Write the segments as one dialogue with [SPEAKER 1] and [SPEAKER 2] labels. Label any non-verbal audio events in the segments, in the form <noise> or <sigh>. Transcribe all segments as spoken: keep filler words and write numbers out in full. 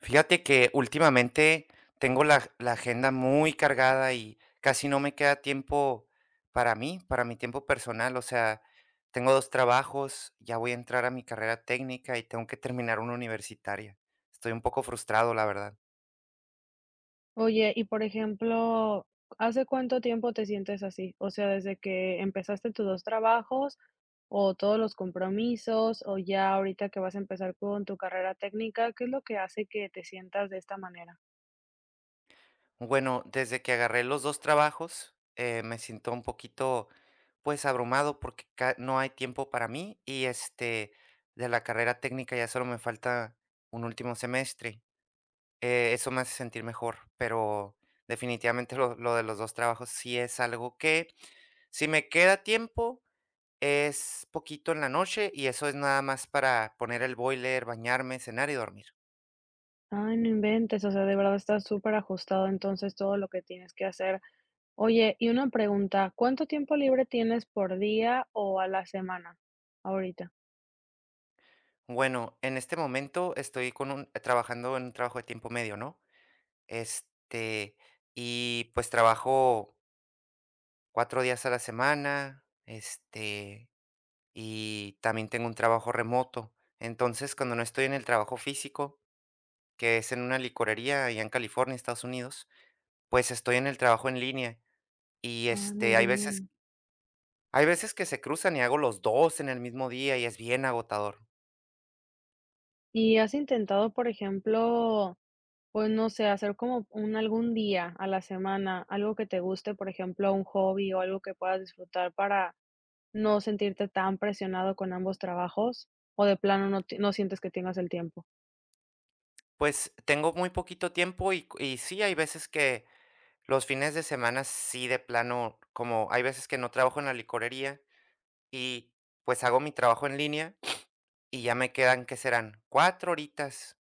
[SPEAKER 1] Fíjate que últimamente tengo la, la agenda muy cargada y casi no me queda tiempo para mí, para mi tiempo personal. O sea, tengo dos trabajos, ya voy a entrar a mi carrera técnica y tengo que terminar una universitaria. Estoy un poco frustrado, la verdad.
[SPEAKER 2] Oye, y por ejemplo, ¿hace cuánto tiempo te sientes así? O sea, ¿desde que empezaste tus dos trabajos o todos los compromisos o ya ahorita que vas a empezar con tu carrera técnica? ¿Qué es lo que hace que te sientas de esta manera?
[SPEAKER 1] Bueno, desde que agarré los dos trabajos, eh, me siento un poquito, pues, abrumado porque ca- no hay tiempo para mí y este, de la carrera técnica ya solo me falta un último semestre. Eh, eso me hace sentir mejor, pero definitivamente lo lo de los dos trabajos sí es algo que, si me queda tiempo, es poquito en la noche, y eso es nada más para poner el boiler, bañarme, cenar y dormir.
[SPEAKER 2] Ay, no inventes, o sea, de verdad estás está ajustado entonces todo lo que tienes que hacer. Oye, y una pregunta, ¿cuánto tiempo libre tienes por día o a la semana ahorita?
[SPEAKER 1] Bueno, en este momento estoy con un trabajando en un trabajo de tiempo medio, ¿no? Este, y pues trabajo cuatro días a la semana, este, y también tengo un trabajo remoto. Entonces, cuando no estoy en el trabajo físico, que es en una licorería allá en California, Estados Unidos, pues estoy en el trabajo en línea y,
[SPEAKER 2] Ay,
[SPEAKER 1] este,
[SPEAKER 2] muy
[SPEAKER 1] hay veces,
[SPEAKER 2] bien.
[SPEAKER 1] hay veces que se cruzan y hago los dos en el mismo día y es bien agotador.
[SPEAKER 2] ¿Y has intentado, por ejemplo, pues no sé, hacer como un algún día a la semana, algo que te guste, por ejemplo, un hobby o algo que puedas disfrutar para no sentirte tan presionado con ambos trabajos, o de plano no ti no sientes que tengas el tiempo?
[SPEAKER 1] Pues tengo muy poquito tiempo y y sí, hay veces que los fines de semana sí, de plano, como hay veces que no trabajo en la licorería y, pues, hago mi trabajo en línea y ya me quedan, ¿qué serán? Cuatro horitas,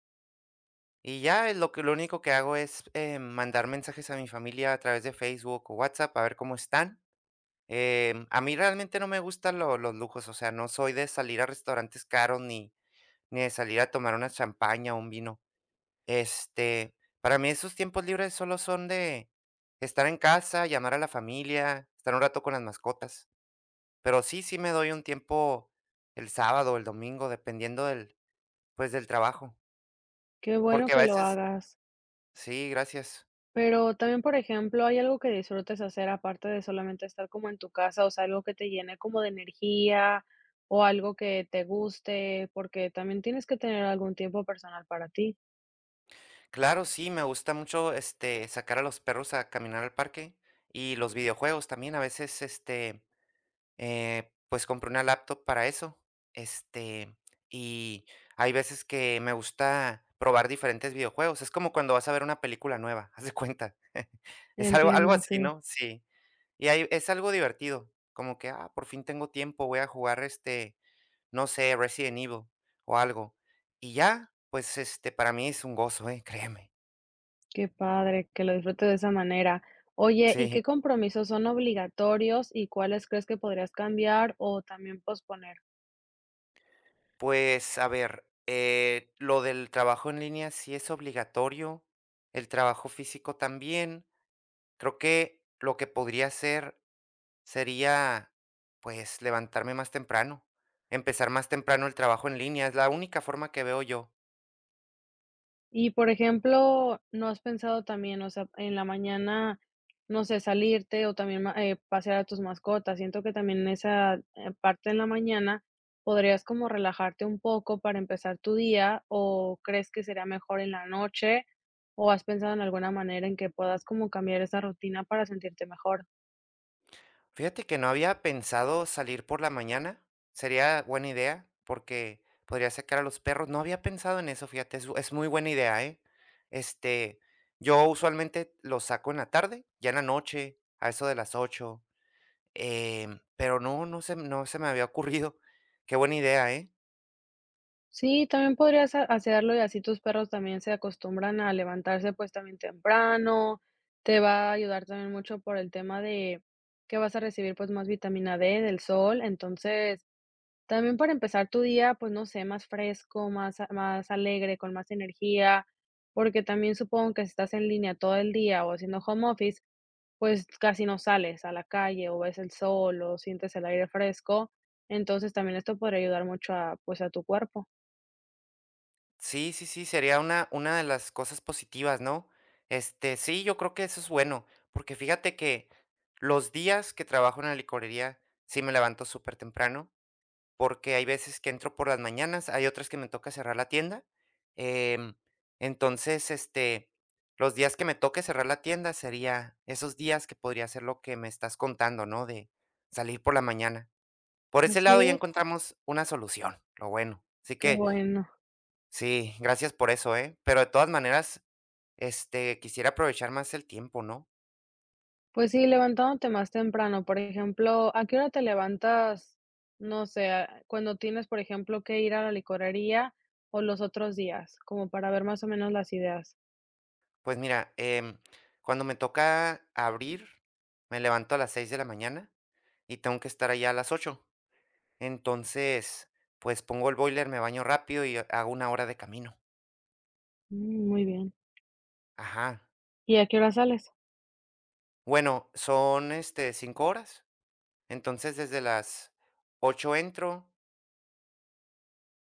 [SPEAKER 1] y ya es lo que lo único que hago es, eh, mandar mensajes a mi familia a través de Facebook o WhatsApp a ver cómo están. Em, a mí realmente no me gustan lo los lujos, o sea, no soy de salir a restaurantes caros ni ni de salir a tomar una champaña o un vino. Este, para mí esos tiempos libres solo son de estar en casa, llamar a la familia, estar un rato con las mascotas. Pero sí, sí me doy un tiempo el sábado o el domingo, dependiendo del, pues, del trabajo.
[SPEAKER 2] Qué bueno
[SPEAKER 1] Porque a
[SPEAKER 2] que lo
[SPEAKER 1] veces
[SPEAKER 2] hagas.
[SPEAKER 1] sí, gracias.
[SPEAKER 2] Pero también, por ejemplo, ¿hay algo que disfrutes hacer aparte de solamente estar como en tu casa? O sea, algo que te llene como de energía o algo que te guste, porque también tienes que tener algún tiempo personal para ti.
[SPEAKER 1] Claro, sí, me gusta mucho, este, sacar a los perros a caminar al parque y los videojuegos también. A veces, este, Eh, pues compré una laptop para eso, este, y hay veces que me gusta probar diferentes videojuegos. Es como cuando vas a ver una película nueva, <laughs> haz de cuenta. Es algo algo
[SPEAKER 2] Entiendo,
[SPEAKER 1] así,
[SPEAKER 2] sí.
[SPEAKER 1] ¿no? Sí. Y hay es algo divertido, como que, ah, por fin tengo tiempo, voy a jugar, este, no sé, Resident Evil o algo. Y ya, pues, este, para mí es un gozo, eh, <laughs> créeme.
[SPEAKER 2] Qué padre, que lo disfrutes de esa manera. Oye, ¿y
[SPEAKER 1] Sí.
[SPEAKER 2] qué compromisos son obligatorios y cuáles crees que podrías cambiar o también posponer?
[SPEAKER 1] Pues, a ver, eh, lo del trabajo en línea sí es obligatorio, el trabajo físico también. Creo que lo que podría hacer sería, pues, levantarme más temprano, empezar más temprano el trabajo en línea, es la única forma que veo yo.
[SPEAKER 2] Y, por ejemplo, ¿no has pensado también, o sea, en la mañana, no sé, salirte o también ma- eh, pasear a tus mascotas? Siento que también esa eh, parte en la mañana podrías como relajarte un poco para empezar tu día, o crees que sería mejor en la noche, o has pensado en alguna manera en que puedas como cambiar esa rutina para sentirte mejor.
[SPEAKER 1] Fíjate que no había pensado salir por la mañana, sería buena idea, porque podría sacar a los perros. No había pensado en eso, fíjate, es, es muy buena idea, ¿eh? Este, yo usualmente los saco en la tarde, ya en la noche, a eso de las ocho. Em, pero no, no se, no se me había ocurrido. Qué buena idea, ¿eh?
[SPEAKER 2] Sí, también podrías ha hacerlo, y así tus perros también se acostumbran a levantarse, pues, también temprano. Te va a ayudar también mucho por el tema de que vas a recibir, pues, más vitamina D del sol. Entonces, también para empezar tu día, pues, no sé, más fresco, más a más alegre, con más energía, porque también supongo que si estás en línea todo el día o haciendo home office, pues, casi no sales a la calle, o ves el sol, o sientes el aire fresco. Entonces, también esto podría ayudar mucho a, pues, a tu cuerpo.
[SPEAKER 1] Sí, sí, sí, sería una una de las cosas positivas, ¿no? Este, sí, yo creo que eso es bueno, porque fíjate que los días que trabajo en la licorería sí me levanto súper temprano, porque hay veces que entro por las mañanas, hay otras que me toca cerrar la tienda. Em, entonces, este, los días que me toque cerrar la tienda sería esos días que podría ser lo que me estás contando, ¿no? De salir por la mañana. Por ese
[SPEAKER 2] Así
[SPEAKER 1] lado ya
[SPEAKER 2] es,
[SPEAKER 1] encontramos una solución, lo bueno. Así
[SPEAKER 2] qué
[SPEAKER 1] que
[SPEAKER 2] bueno.
[SPEAKER 1] sí, gracias por eso, ¿eh? Pero de todas maneras, este, quisiera aprovechar más el tiempo, ¿no?
[SPEAKER 2] Pues sí, levantándote más temprano. Por ejemplo, ¿a qué hora te levantas? No sé, ah, cuando tienes, por ejemplo, que ir a la licorería o los otros días, como para ver más o menos las ideas.
[SPEAKER 1] Pues mira, em, cuando me toca abrir, me levanto a las seis de la mañana y tengo que estar allá a las ocho. Entonces, pues pongo el boiler, me baño rápido y hago una hora de camino.
[SPEAKER 2] Mm, muy bien.
[SPEAKER 1] Ajá.
[SPEAKER 2] ¿Y a qué hora sales?
[SPEAKER 1] Bueno, son este cinco horas. Entonces, desde las ocho entro.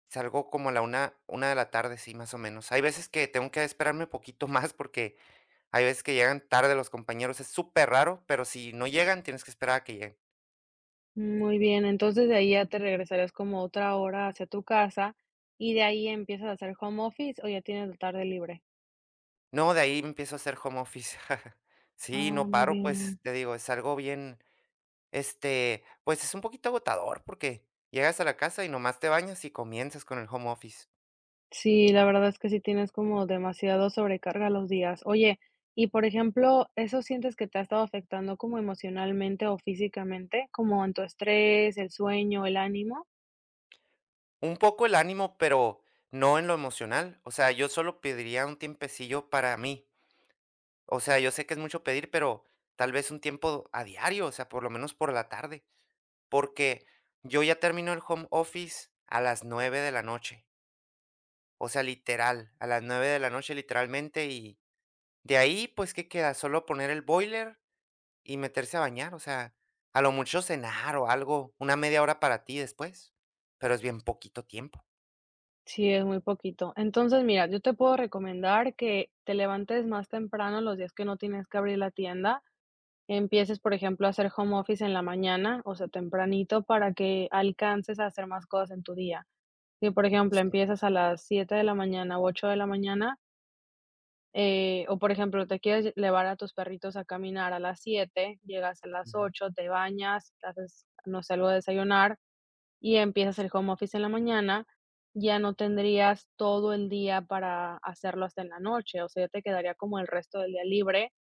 [SPEAKER 1] Salgo como a la una una de la tarde, sí, más o menos. Hay veces que tengo que esperarme un poquito <laughs> más porque hay veces que llegan tarde los compañeros, es súper raro pero si no llegan, tienes que esperar a que lleguen.
[SPEAKER 2] Muy bien, entonces de ahí ya te regresarías como otra hora hacia tu casa, y de ahí empiezas a hacer home office, ¿o ya tienes la tarde libre?
[SPEAKER 1] No, de ahí empiezo a hacer home office. <laughs> Sí,
[SPEAKER 2] Ah,
[SPEAKER 1] no
[SPEAKER 2] muy
[SPEAKER 1] paro,
[SPEAKER 2] bien.
[SPEAKER 1] pues, te digo, es algo bien, este, pues, es un poquito agotador porque llegas a la casa y nomás te bañas y comienzas con el home office.
[SPEAKER 2] Sí, la verdad es que sí tienes como demasiado sobrecarga los días. Oye, y por ejemplo, ¿eso sientes que te ha estado afectando como emocionalmente o físicamente, como en tu estrés, el sueño, el ánimo?
[SPEAKER 1] Un poco el ánimo, pero no en lo emocional. O sea, yo solo pediría un tiempecillo para mí. O sea, yo sé que es mucho pedir, pero tal vez un tiempo a diario, o sea, por lo menos por la tarde, porque yo ya termino el home office a las nueve de la noche, o sea, literal, a las nueve de la noche literalmente, y de ahí, pues, ¿qué queda? Solo poner el boiler y meterse a bañar, o sea, a lo mucho cenar o algo, una media hora para ti después, pero es bien poquito tiempo.
[SPEAKER 2] Sí, es muy poquito. Entonces, mira, yo te puedo recomendar que te levantes más temprano los días que no tienes que abrir la tienda. Empieces, por ejemplo, a hacer home office en la mañana, o sea, tempranito, para que alcances a hacer más cosas en tu día. Si, por ejemplo,
[SPEAKER 1] Sí,
[SPEAKER 2] empiezas a las siete de la mañana u ocho de la mañana. Eh, o, por ejemplo, te quieres llevar a tus perritos a caminar, a las siete llegas a las
[SPEAKER 1] ujú.
[SPEAKER 2] ocho, te bañas, te haces, no sé, algo de desayunar y empiezas el home office en la mañana, ya no tendrías todo el día para hacerlo hasta en la noche, o sea, ya te quedaría como el resto del día libre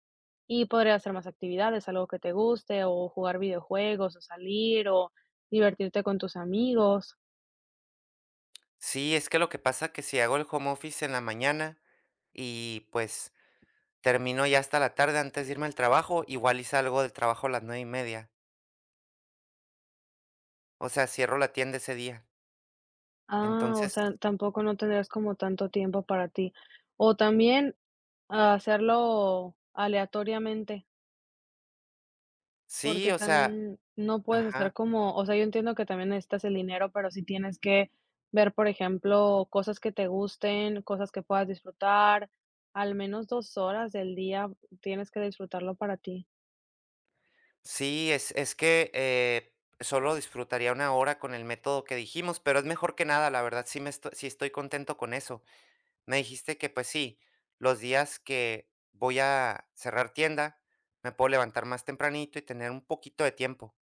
[SPEAKER 2] y podrías hacer más actividades, algo que te guste, o jugar videojuegos, o salir, o divertirte con tus amigos.
[SPEAKER 1] Sí, es que lo que pasa que si hago el home office en la mañana y pues termino ya hasta la tarde antes de irme al trabajo, igual y salgo del trabajo a las nueve y media. O sea, cierro la tienda ese día.
[SPEAKER 2] Ah, o
[SPEAKER 1] Entonces,
[SPEAKER 2] sea, tampoco no tendrías como tanto tiempo para ti. O también a hacerlo aleatoriamente,
[SPEAKER 1] sí,
[SPEAKER 2] porque
[SPEAKER 1] o sea,
[SPEAKER 2] también no puedes
[SPEAKER 1] ajá.
[SPEAKER 2] estar como, o sea, yo entiendo que también necesitas el dinero, pero si tienes que ver, por ejemplo, cosas que te gusten, cosas que puedas disfrutar, al menos dos horas del día tienes que disfrutarlo para ti.
[SPEAKER 1] Sí, es es que, eh, solo disfrutaría una hora con el método que dijimos, pero es mejor que nada, la verdad, sí me esto sí estoy contento con eso. Me dijiste que, pues sí, los días que voy a cerrar tienda, me puedo levantar más tempranito y tener un poquito de tiempo.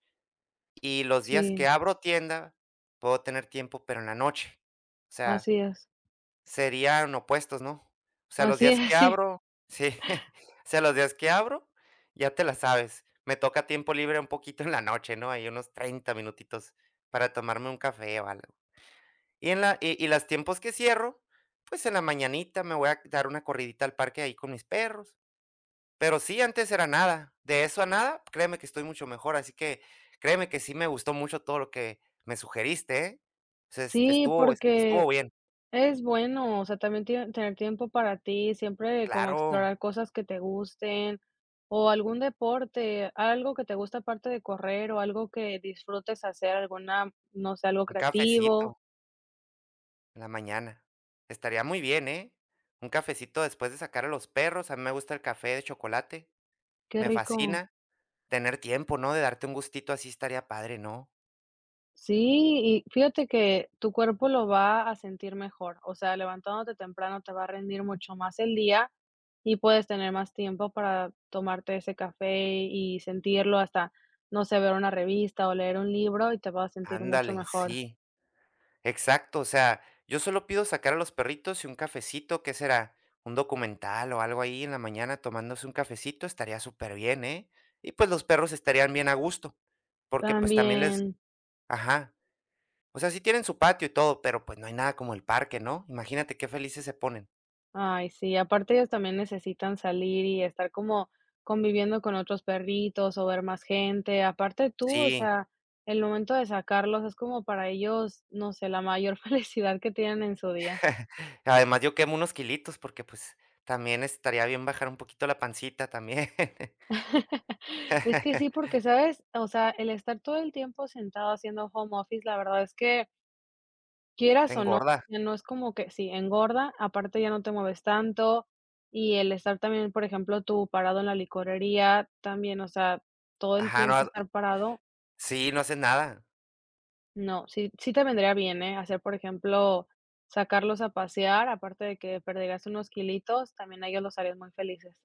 [SPEAKER 1] Y los días
[SPEAKER 2] Sí,
[SPEAKER 1] que abro tienda, puedo tener tiempo, pero en la noche. O sea,
[SPEAKER 2] así es.
[SPEAKER 1] serían opuestos, ¿no? O sea, los
[SPEAKER 2] Así
[SPEAKER 1] días
[SPEAKER 2] es, <laughs>
[SPEAKER 1] que
[SPEAKER 2] sí.
[SPEAKER 1] abro sí, <laughs> o sea, los días que abro, ya te la sabes. Me toca tiempo libre un poquito en la noche, ¿no? Hay unos treinta minutitos para tomarme un café o algo. Y en la y y los tiempos que cierro, pues en la mañanita me voy a dar una corridita al parque ahí con mis perros. Pero sí, antes era nada. De eso a nada, créeme que estoy mucho mejor, así que créeme que sí me gustó mucho todo lo que me sugeriste, ¿eh? O sea, es
[SPEAKER 2] Sí,
[SPEAKER 1] estuvo
[SPEAKER 2] porque
[SPEAKER 1] estuvo bien.
[SPEAKER 2] es bueno, o sea, también tie tener tiempo para ti, siempre como
[SPEAKER 1] Claro,
[SPEAKER 2] explorar cosas que te gusten, o algún deporte, algo que te gusta aparte de correr, o algo que disfrutes hacer, alguna, no sé, algo
[SPEAKER 1] un
[SPEAKER 2] creativo.
[SPEAKER 1] cafecito. En la mañana. Estaría muy bien, ¿eh? Un cafecito después de sacar a los perros. A mí me gusta el café de chocolate.
[SPEAKER 2] Qué
[SPEAKER 1] Me
[SPEAKER 2] rico.
[SPEAKER 1] fascina. Tener tiempo, ¿no? De darte un gustito así estaría padre, ¿no?
[SPEAKER 2] Sí, y fíjate que tu cuerpo lo va a sentir mejor, o sea, levantándote temprano te va a rendir mucho más el día y puedes tener más tiempo para tomarte ese café y sentirlo, hasta, no sé, ver una revista o leer un libro, y te vas a sentir mucho
[SPEAKER 1] Ándale,
[SPEAKER 2] mejor.
[SPEAKER 1] sí. Exacto. O sea, yo solo pido sacar a los perritos y un cafecito. ¿Qué será? Un documental o algo ahí en la mañana tomándose un cafecito estaría súper bien, ¿eh? Y pues los perros estarían bien a gusto. Porque pues también les...
[SPEAKER 2] También.
[SPEAKER 1] Ajá. O sea, sí tienen su patio y todo, pero pues no hay nada como el parque, ¿no? Imagínate qué felices se ponen.
[SPEAKER 2] Ay, sí, aparte ellos también necesitan salir y estar como conviviendo con otros perritos o ver más gente. Aparte tú, o
[SPEAKER 1] Sí,
[SPEAKER 2] sea, el momento de sacarlos es como para ellos, no sé, la mayor <laughs> felicidad que tienen en su día.
[SPEAKER 1] <laughs> además yo quemo unos kilitos porque, pues, también estaría bien bajar un poquito la pancita también.
[SPEAKER 2] <laughs> Es que sí,
[SPEAKER 1] <laughs>
[SPEAKER 2] porque sabes, o sea, el estar todo el tiempo sentado haciendo home office, la verdad es que,
[SPEAKER 1] Te
[SPEAKER 2] quieras o no,
[SPEAKER 1] engorda.
[SPEAKER 2] ya no es como que, sí, engorda, aparte ya no te mueves tanto, y el estar también, por ejemplo, tú parado en la licorería también, o sea, todo el
[SPEAKER 1] Ajá, no
[SPEAKER 2] tiempo
[SPEAKER 1] ha
[SPEAKER 2] estar parado,
[SPEAKER 1] sí, no haces nada.
[SPEAKER 2] no, sí sí te vendría bien, ¿eh? Hacer, por ejemplo, sacarlos a pasear, aparte de que perderás unos kilitos, también a ellos los harías muy felices.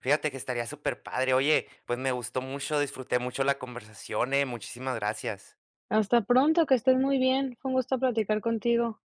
[SPEAKER 1] Fíjate que estaría súper padre. Oye, pues, me gustó mucho, disfruté mucho la conversación, eh, muchísimas gracias.
[SPEAKER 2] Hasta pronto, que estés muy bien. Fue un gusto platicar contigo.